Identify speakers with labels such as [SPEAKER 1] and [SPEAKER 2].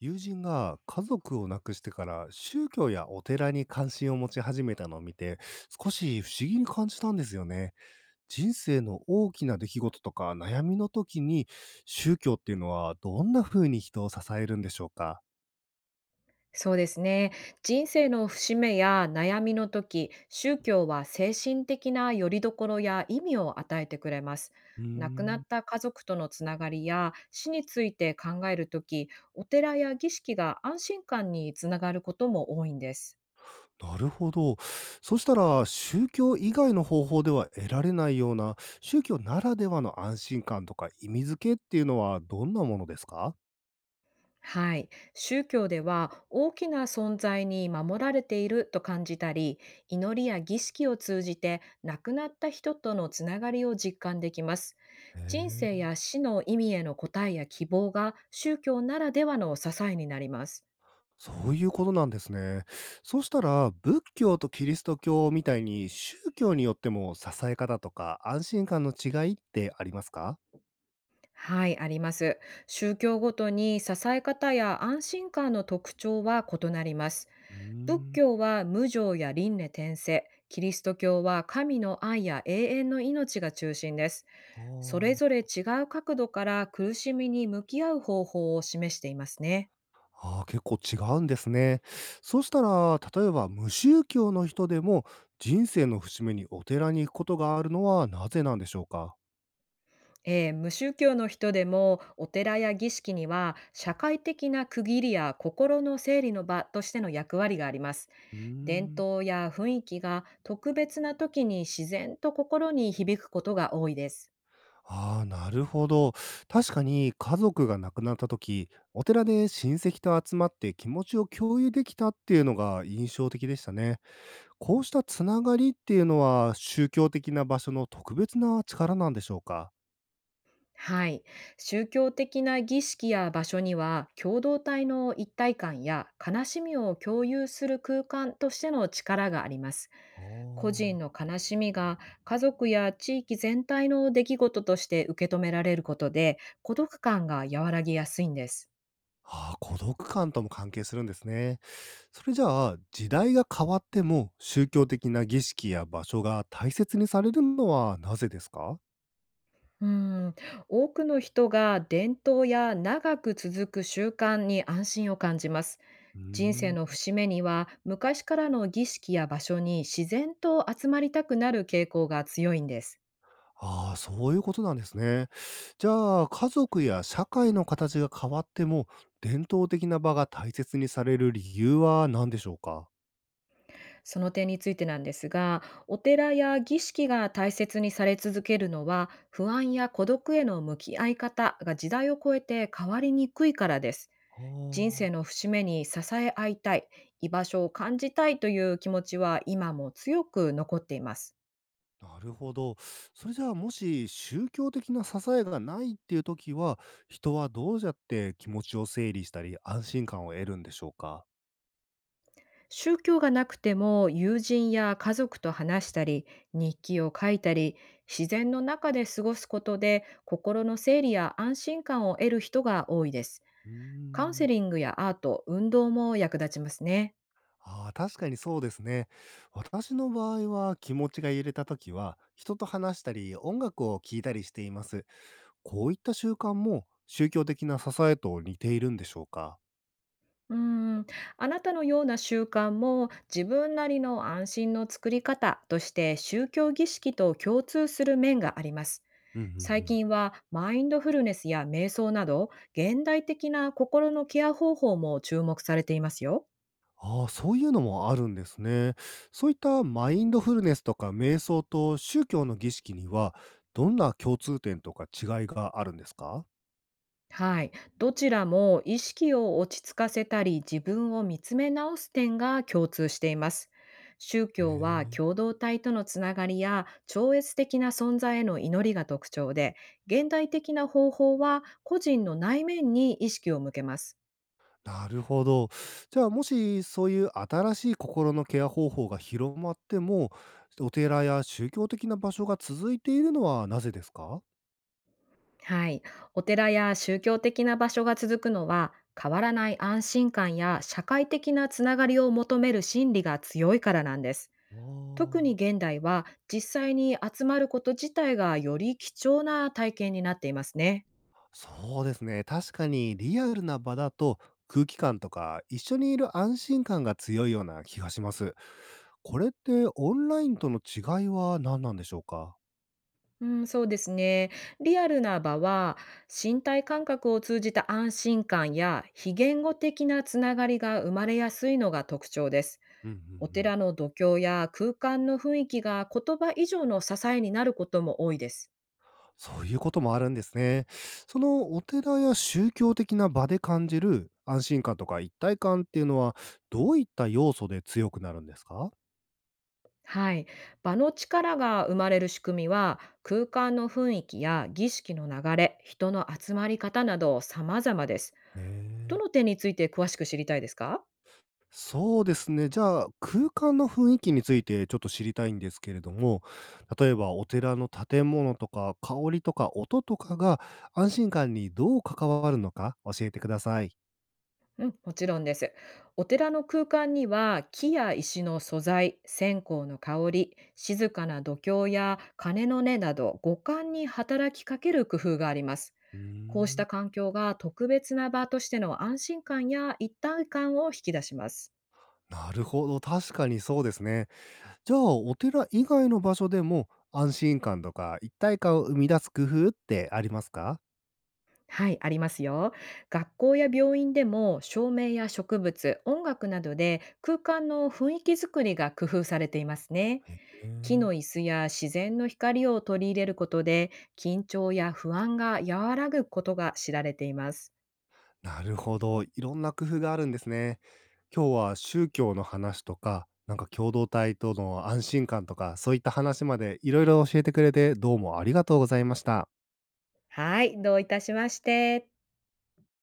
[SPEAKER 1] 友人が家族を亡くしてから宗教やお寺に関心を持ち始めたのを見て、少し不思議に感じたんですよね。人生の大きな出来事とか悩みの時に、宗教っていうのはどんな風に人を支えるんでしょうか。
[SPEAKER 2] そうですね。人生の節目や悩みの時、宗教は精神的な拠り所や意味を与えてくれます。
[SPEAKER 1] うー
[SPEAKER 2] 亡くな
[SPEAKER 1] ん。
[SPEAKER 2] った家族とのつながりや死について考える時、お寺や儀式が安心感につながることも多いんです。
[SPEAKER 1] なるほど。そしたら、宗教以外の方法では得られないような、宗教ならではの安心感とか意味付けっていうのはどんなものですか。
[SPEAKER 2] はい。宗教では大きな存在に守られていると感じたり、祈りや儀式を通じて亡くなった人とのつながりを実感できます。
[SPEAKER 1] へ
[SPEAKER 2] 人生
[SPEAKER 1] え。
[SPEAKER 2] や死の意味への答えや希望が宗教ならではの支えになります。
[SPEAKER 1] そういうことなんですね。そうしたら、仏教とキリスト教みたいに宗教によっても支え方とか安心感の違いってありますか。
[SPEAKER 2] はい、あります。宗教ごとに支え方や安心感の特徴は異なります。
[SPEAKER 1] うー
[SPEAKER 2] 仏
[SPEAKER 1] ん。
[SPEAKER 2] 教は無常や輪廻転生、キリスト教は神の愛や永遠の命が中心です。
[SPEAKER 1] あ
[SPEAKER 2] それぞ
[SPEAKER 1] ー。
[SPEAKER 2] れ違う角度から苦しみに向き合う方法を示していますね。
[SPEAKER 1] あー、結構違うんですね。そうしたら、例えば無宗教の人でも人生の節目にお寺に行くことがあるのはなぜなんでしょうか。
[SPEAKER 2] 無宗教の人でもお寺や儀式には社会的な区切りや心の整理の場としての役割があります。
[SPEAKER 1] うー
[SPEAKER 2] 伝
[SPEAKER 1] ん。
[SPEAKER 2] 統や雰囲気が特別な時に自然と心に響くことが多いです。
[SPEAKER 1] ああ、なるほど。確かに家族が亡くなった時、お寺で親戚と集まって気持ちを共有できたっていうのが印象的でしたね。こうしたつながりっていうのは宗教的な場所の特別な力なんでしょうか？
[SPEAKER 2] はい。宗教的な儀式や場所には、共同体の一体感や悲しみを共有する空間としての力があります。
[SPEAKER 1] あ
[SPEAKER 2] 個人
[SPEAKER 1] あ。
[SPEAKER 2] の悲しみが、家族や地域全体の出来事として受け止められることで、孤独感が和らぎやすいんです。
[SPEAKER 1] ああ、孤独感とも関係するんですね。それじゃあ、時代が変わっても宗教的な儀式や場所が大切にされるのはなぜですか？
[SPEAKER 2] うん、多くの人が伝統や長く続く習慣に安心を感じます。
[SPEAKER 1] うー
[SPEAKER 2] 人生の
[SPEAKER 1] ん。
[SPEAKER 2] 節目には、昔からの儀式や場所に自然と集まりたくなる傾向が強いんです。
[SPEAKER 1] ああ、そういうことなんですね。じゃあ、家族や社会の形が変わっても、伝統的な場が大切にされる理由は何でしょうか。
[SPEAKER 2] その点についてなんですが、お寺や儀式が大切にされ続けるのは、不安や孤独への向き合い方が時代を超えて変わりにくいからです。
[SPEAKER 1] あ
[SPEAKER 2] 人生
[SPEAKER 1] あ、
[SPEAKER 2] の節目に支え合いたい、居場所を感じたいという気持ちは今も強く残っています。
[SPEAKER 1] なるほど。それじゃあ、もし宗教的な支えがないっていう時は、人はどうやって気持ちを整理したり、安心感を得るんでしょうか。
[SPEAKER 2] 宗教がなくても、友人や家族と話したり、日記を書いたり、自然の中で過ごすことで心の整理や安心感を得る人が多いです。
[SPEAKER 1] うー
[SPEAKER 2] カウンセ
[SPEAKER 1] ん。
[SPEAKER 2] リングやアート、運動も役立ちますね。
[SPEAKER 1] ああ、確かにそうですね。私の場合は気持ちが揺れた時は、人と話したり、音楽を聴いたりしています。こういった習慣も宗教的な支えと似ているんでしょうか？
[SPEAKER 2] うーん、あなたのような習慣も、自分なりの安心の作り方として宗教儀式と共通する面があります。
[SPEAKER 1] うんうんう
[SPEAKER 2] 最
[SPEAKER 1] ん。
[SPEAKER 2] 近はマインドフルネスや瞑想など、現代的な心のケア方法も注目されていますよ。
[SPEAKER 1] ああ、そういうのもあるんですね。そういったマインドフルネスとか瞑想と宗教の儀式には、どんな共通点とか違いがあるんですか？
[SPEAKER 2] はい。どちらも意識を落ち着かせたり、自分を見つめ直す点が共通しています。宗
[SPEAKER 1] へ
[SPEAKER 2] 教は
[SPEAKER 1] え。
[SPEAKER 2] 共同体とのつながりや超越的な存在への祈りが特徴で、現代的な方法は個人の内面に意識を向けます。
[SPEAKER 1] なるほど。じゃあ、もしそういう新しい心のケア方法が広まっても、お寺や宗教的な場所が続いているのはなぜですか？
[SPEAKER 2] はい。お寺や宗教的な場所が続くのは、変わらない安心感や社会的なつながりを求める心理が強いからなんです。
[SPEAKER 1] あ
[SPEAKER 2] 特に
[SPEAKER 1] あ。
[SPEAKER 2] 現代は、実際に集まること自体がより貴重な体験になっていますね。
[SPEAKER 1] そうですね。確かにリアルな場だと空気感とか一緒にいる安心感が強いような気がします。これってオンラインとの違いは何なんでしょうか。
[SPEAKER 2] うん、そうですね。リアルな場は、身体感覚を通じた安心感や非言語的なつながりが生まれやすいのが特徴です。
[SPEAKER 1] うんうん
[SPEAKER 2] お
[SPEAKER 1] うん。
[SPEAKER 2] 寺の度胸や空間の雰囲気が言葉以上の支えになることも多いです。
[SPEAKER 1] そういうこともあるんですね。そのお寺や宗教的な場で感じる安心感とか一体感っていうのは、どういった要素で強くなるんですか。
[SPEAKER 2] はい。場の力が生まれる仕組みは、空間の雰囲気や儀式の流れ、人の集まり方など様々です。
[SPEAKER 1] へ
[SPEAKER 2] ど
[SPEAKER 1] え。
[SPEAKER 2] の点について詳しく知りたいですか？
[SPEAKER 1] そうですね。じゃあ、空間の雰囲気についてちょっと知りたいんですけれども、例えばお寺の建物とか香りとか音とかが安心感にどう関わるのか教えてください。
[SPEAKER 2] うん、もちろんです。お寺の空間には、木や石の素材、線香の香り、静かな度胸や鐘の音など、五感に働きかける工夫があります。
[SPEAKER 1] うー
[SPEAKER 2] こうし
[SPEAKER 1] ん、
[SPEAKER 2] た環境が特別な場としての安心感や一体感を引き出します。
[SPEAKER 1] なるほど。確かにそうですね。じゃあ、お寺以外の場所でも安心感とか一体感を生み出す工夫ってありますか。
[SPEAKER 2] はい、ありますよ。学校や病院でも、照明や植物、音楽などで空間の雰囲気づくりが工夫されていますね。
[SPEAKER 1] へ
[SPEAKER 2] 木
[SPEAKER 1] え。
[SPEAKER 2] の椅子や自然の光を取り入れることで、緊張や不安が和らぐことが知られています。
[SPEAKER 1] なるほど。いろんな工夫があるんですね。今日は宗教の話とか、なんか共同体との安心感とか、そういった話までいろいろ教えてくれて、どうもありがとうございました。
[SPEAKER 2] はい、どういたしまして。